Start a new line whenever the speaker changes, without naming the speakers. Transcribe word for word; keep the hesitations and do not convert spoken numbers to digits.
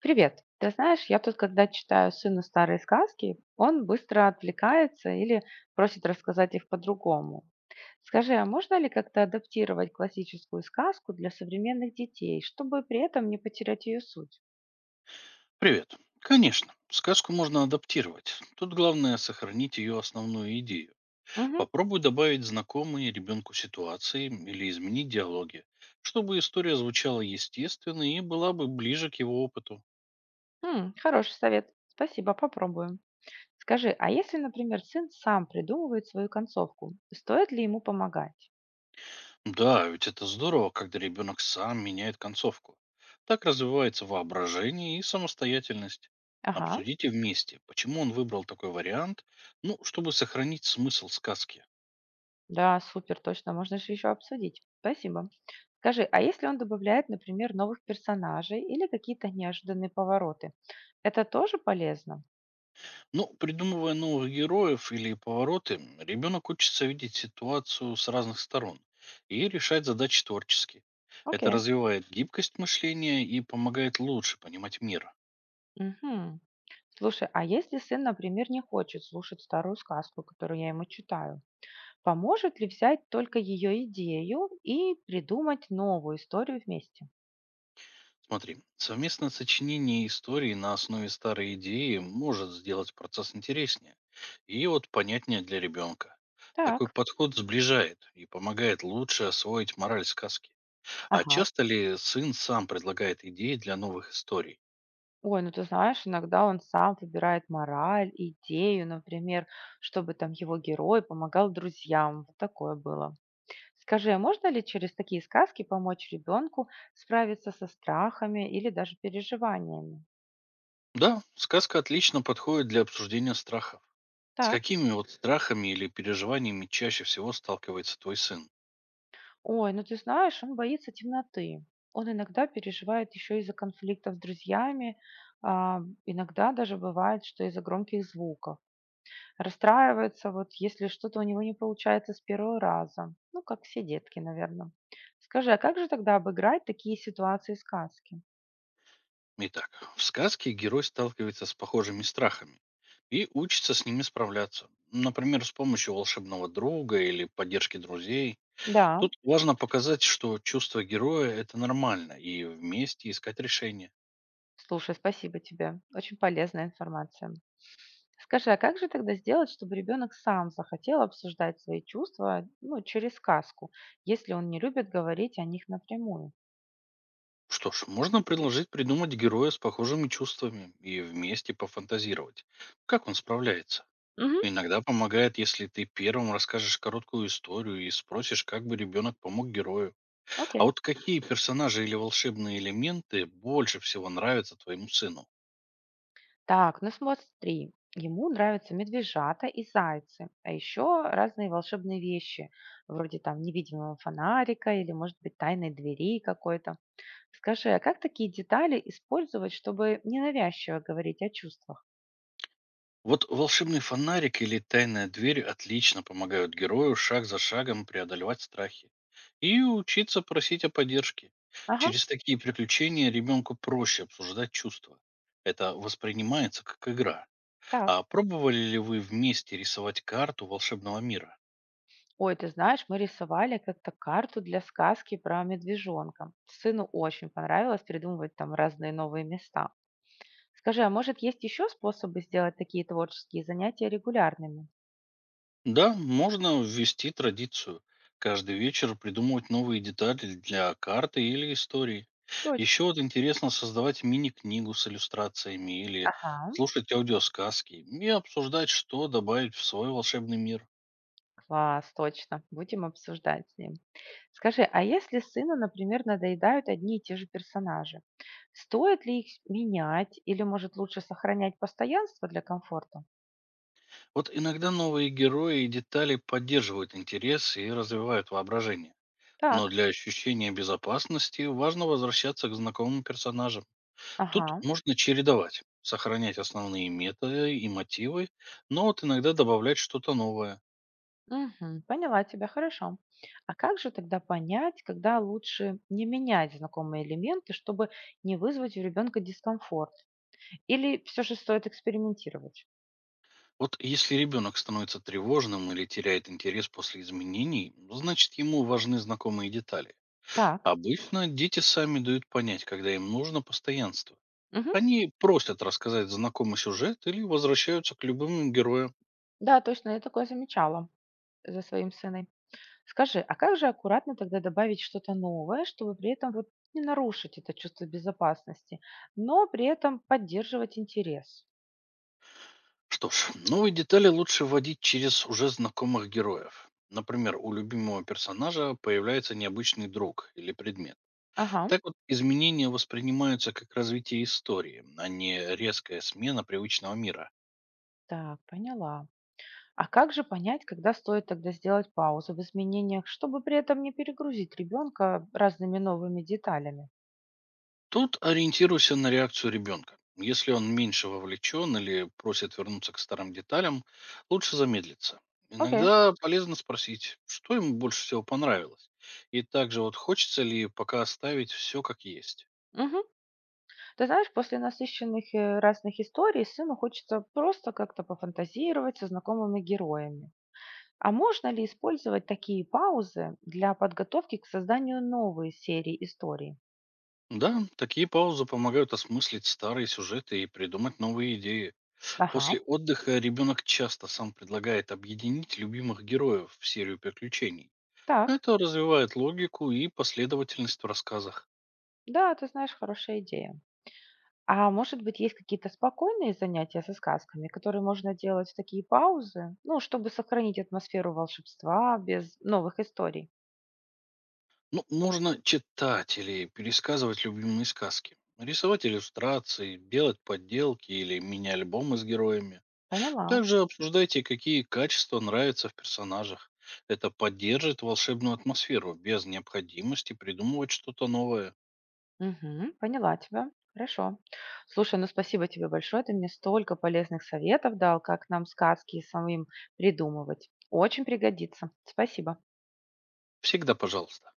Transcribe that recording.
Привет. Ты знаешь, я тут, когда читаю сыну старые сказки, он быстро отвлекается или просит рассказать их по-другому. Скажи, а можно ли как-то адаптировать классическую сказку для современных детей, чтобы при этом не потерять ее суть?
Привет. Конечно, сказку можно адаптировать. Тут главное сохранить ее основную идею.
Мгм.
Попробуй добавить знакомые ребенку ситуации или изменить диалоги, чтобы история звучала естественно и была бы ближе к его опыту.
М, хороший совет. Спасибо, попробуем. Скажи, а если, например, сын сам придумывает свою концовку, стоит ли ему помогать?
Да, ведь это здорово, когда ребенок сам меняет концовку. Так развивается воображение и самостоятельность.
Ага.
Обсудите вместе, почему он выбрал такой вариант, ну, чтобы сохранить смысл сказки.
Да, супер, точно, можно же еще обсудить. Спасибо. Скажи, а если он добавляет, например, новых персонажей или какие-то неожиданные повороты, это тоже полезно?
Ну, придумывая новых героев или повороты, ребенок учится видеть ситуацию с разных сторон и решать задачи творчески. Это
Окей.
развивает гибкость мышления и помогает лучше понимать мир.
Мгм. Слушай, а если сын, например, не хочет слушать старую сказку, которую я ему читаю, поможет ли взять только ее идею и придумать новую историю вместе?
Смотри, совместное сочинение истории на основе старой идеи может сделать процесс интереснее и вот понятнее для ребенка. Такой
Так.
подход сближает и помогает лучше освоить мораль сказки. А
Ага.
часто ли сын сам предлагает идеи для новых историй?
Ой, ну ты знаешь, иногда он сам выбирает мораль, идею, например, чтобы там его герой помогал друзьям. Вот такое было. Скажи, а можно ли через такие сказки помочь ребенку справиться со страхами или даже переживаниями?
Да, сказка отлично подходит для обсуждения страхов. С
Так.
какими вот страхами или переживаниями чаще всего сталкивается твой сын?
Ой, ну ты знаешь, он боится темноты. Он иногда переживает еще из-за конфликтов с друзьями, а, иногда даже бывает, что из-за громких звуков. Расстраивается, вот если что-то у него не получается с первого раза. Ну, как все детки, наверное. Скажи, а как же тогда обыграть такие ситуации из сказки?
Итак, в сказке герой сталкивается с похожими страхами и учится с ними справляться. Например, с помощью волшебного друга или поддержки друзей.
Да,
Тут важно показать, что чувство героя – это нормально, и вместе искать решение.
слушай, спасибо тебе. Очень полезная информация. Скажи, а как же тогда сделать, чтобы ребенок сам захотел обсуждать свои чувства, ну, через сказку, если он не любит говорить о них напрямую?
Что ж, можно предложить придумать героя с похожими чувствами и вместе пофантазировать, как он справляется.
Мгм.
Иногда помогает, если ты первым расскажешь короткую историю и спросишь, как бы ребенок помог герою. А
Окей.
вот какие персонажи или волшебные элементы больше всего нравятся твоему сыну?
Так, ну смотри, ему нравятся медвежата и зайцы, а еще разные волшебные вещи, вроде там невидимого фонарика или, может быть, тайной двери какой-то. Скажи, а как такие детали использовать, чтобы ненавязчиво говорить о чувствах?
Вот волшебный фонарик или тайная дверь отлично помогают герою шаг за шагом преодолевать страхи и учиться просить о поддержке.
Ага,
Через такие приключения ребенку проще обсуждать чувства. Это воспринимается как игра.
так.
А пробовали ли вы вместе рисовать карту волшебного мира?
Ой, ты знаешь, мы рисовали как-то карту для сказки про медвежонка. Сыну очень понравилось придумывать там разные новые места. Скажи, а может, есть еще способы сделать такие творческие занятия регулярными?
Да, можно ввести традицию. Каждый вечер придумывать новые детали для карты или истории.
Точно.
Еще вот интересно создавать мини-книгу с иллюстрациями или
Ага.
слушать аудиосказки и обсуждать, что добавить в свой волшебный мир.
Класс, точно. Будем обсуждать с ним. Скажи, а если сыну, например, надоедают одни и те же персонажи, стоит ли их менять или, может, лучше сохранять постоянство для комфорта?
Вот иногда новые герои и детали поддерживают интерес и развивают воображение. Но
Так,
для ощущения безопасности важно возвращаться к знакомым персонажам.
ага,
Тут можно чередовать, сохранять основные методы и мотивы, но вот иногда добавлять что-то новое.
мгм, поняла тебя, хорошо. А как же тогда понять, когда лучше не менять знакомые элементы, чтобы не вызвать у ребенка дискомфорт? Или все же стоит экспериментировать?
Вот если ребенок становится тревожным или теряет интерес после изменений, значит ему важны знакомые детали.
Так,
Обычно дети сами дают понять, когда им нужно постоянство.
мгм,
Они просят рассказать знакомый сюжет или возвращаются к любым героям.
да, точно, я такое замечала за своим сыном. Скажи, а как же аккуратно тогда добавить что-то новое, чтобы при этом вот не нарушить это чувство безопасности, но при этом поддерживать интерес?
Что ж, новые детали лучше вводить через уже знакомых героев. Например, у любимого персонажа появляется необычный друг или предмет.
Ага,
Так вот, изменения воспринимаются как развитие истории, а не резкая смена привычного мира.
так, поняла. А как же понять, когда стоит тогда сделать паузу в изменениях, чтобы при этом не перегрузить ребенка разными новыми деталями?
Тут ориентируйся на реакцию ребенка. Если он меньше вовлечен или просит вернуться к старым деталям, лучше замедлиться.
Окей.
Иногда полезно спросить, что ему больше всего понравилось. И также вот хочется ли пока оставить все как есть.
Мгм. Ты знаешь, после насыщенных э, разных историй сыну хочется просто как-то пофантазировать со знакомыми героями. А можно ли использовать такие паузы для подготовки к созданию новой серии историй?
Да, такие паузы помогают осмыслить старые сюжеты и придумать новые идеи.
Ага,
После отдыха ребенок часто сам предлагает объединить любимых героев в серию приключений.
так.
Это развивает логику и последовательность в рассказах.
Да, ты знаешь, хорошая идея. А может быть, есть какие-то спокойные занятия со сказками, которые можно делать в такие паузы, ну, чтобы сохранить атмосферу волшебства без новых историй?
Ну, можно читать или пересказывать любимые сказки, рисовать иллюстрации, делать подделки или мини-альбомы с героями.
Поняла.
Также обсуждайте, какие качества нравятся в персонажах. Это поддержит волшебную атмосферу без необходимости придумывать что-то новое.
Мгм, поняла тебя. Хорошо. Слушай, ну спасибо тебе большое. Ты мне столько полезных советов дал, как нам сказки самим придумывать. Очень пригодится. Спасибо.
Всегда пожалуйста.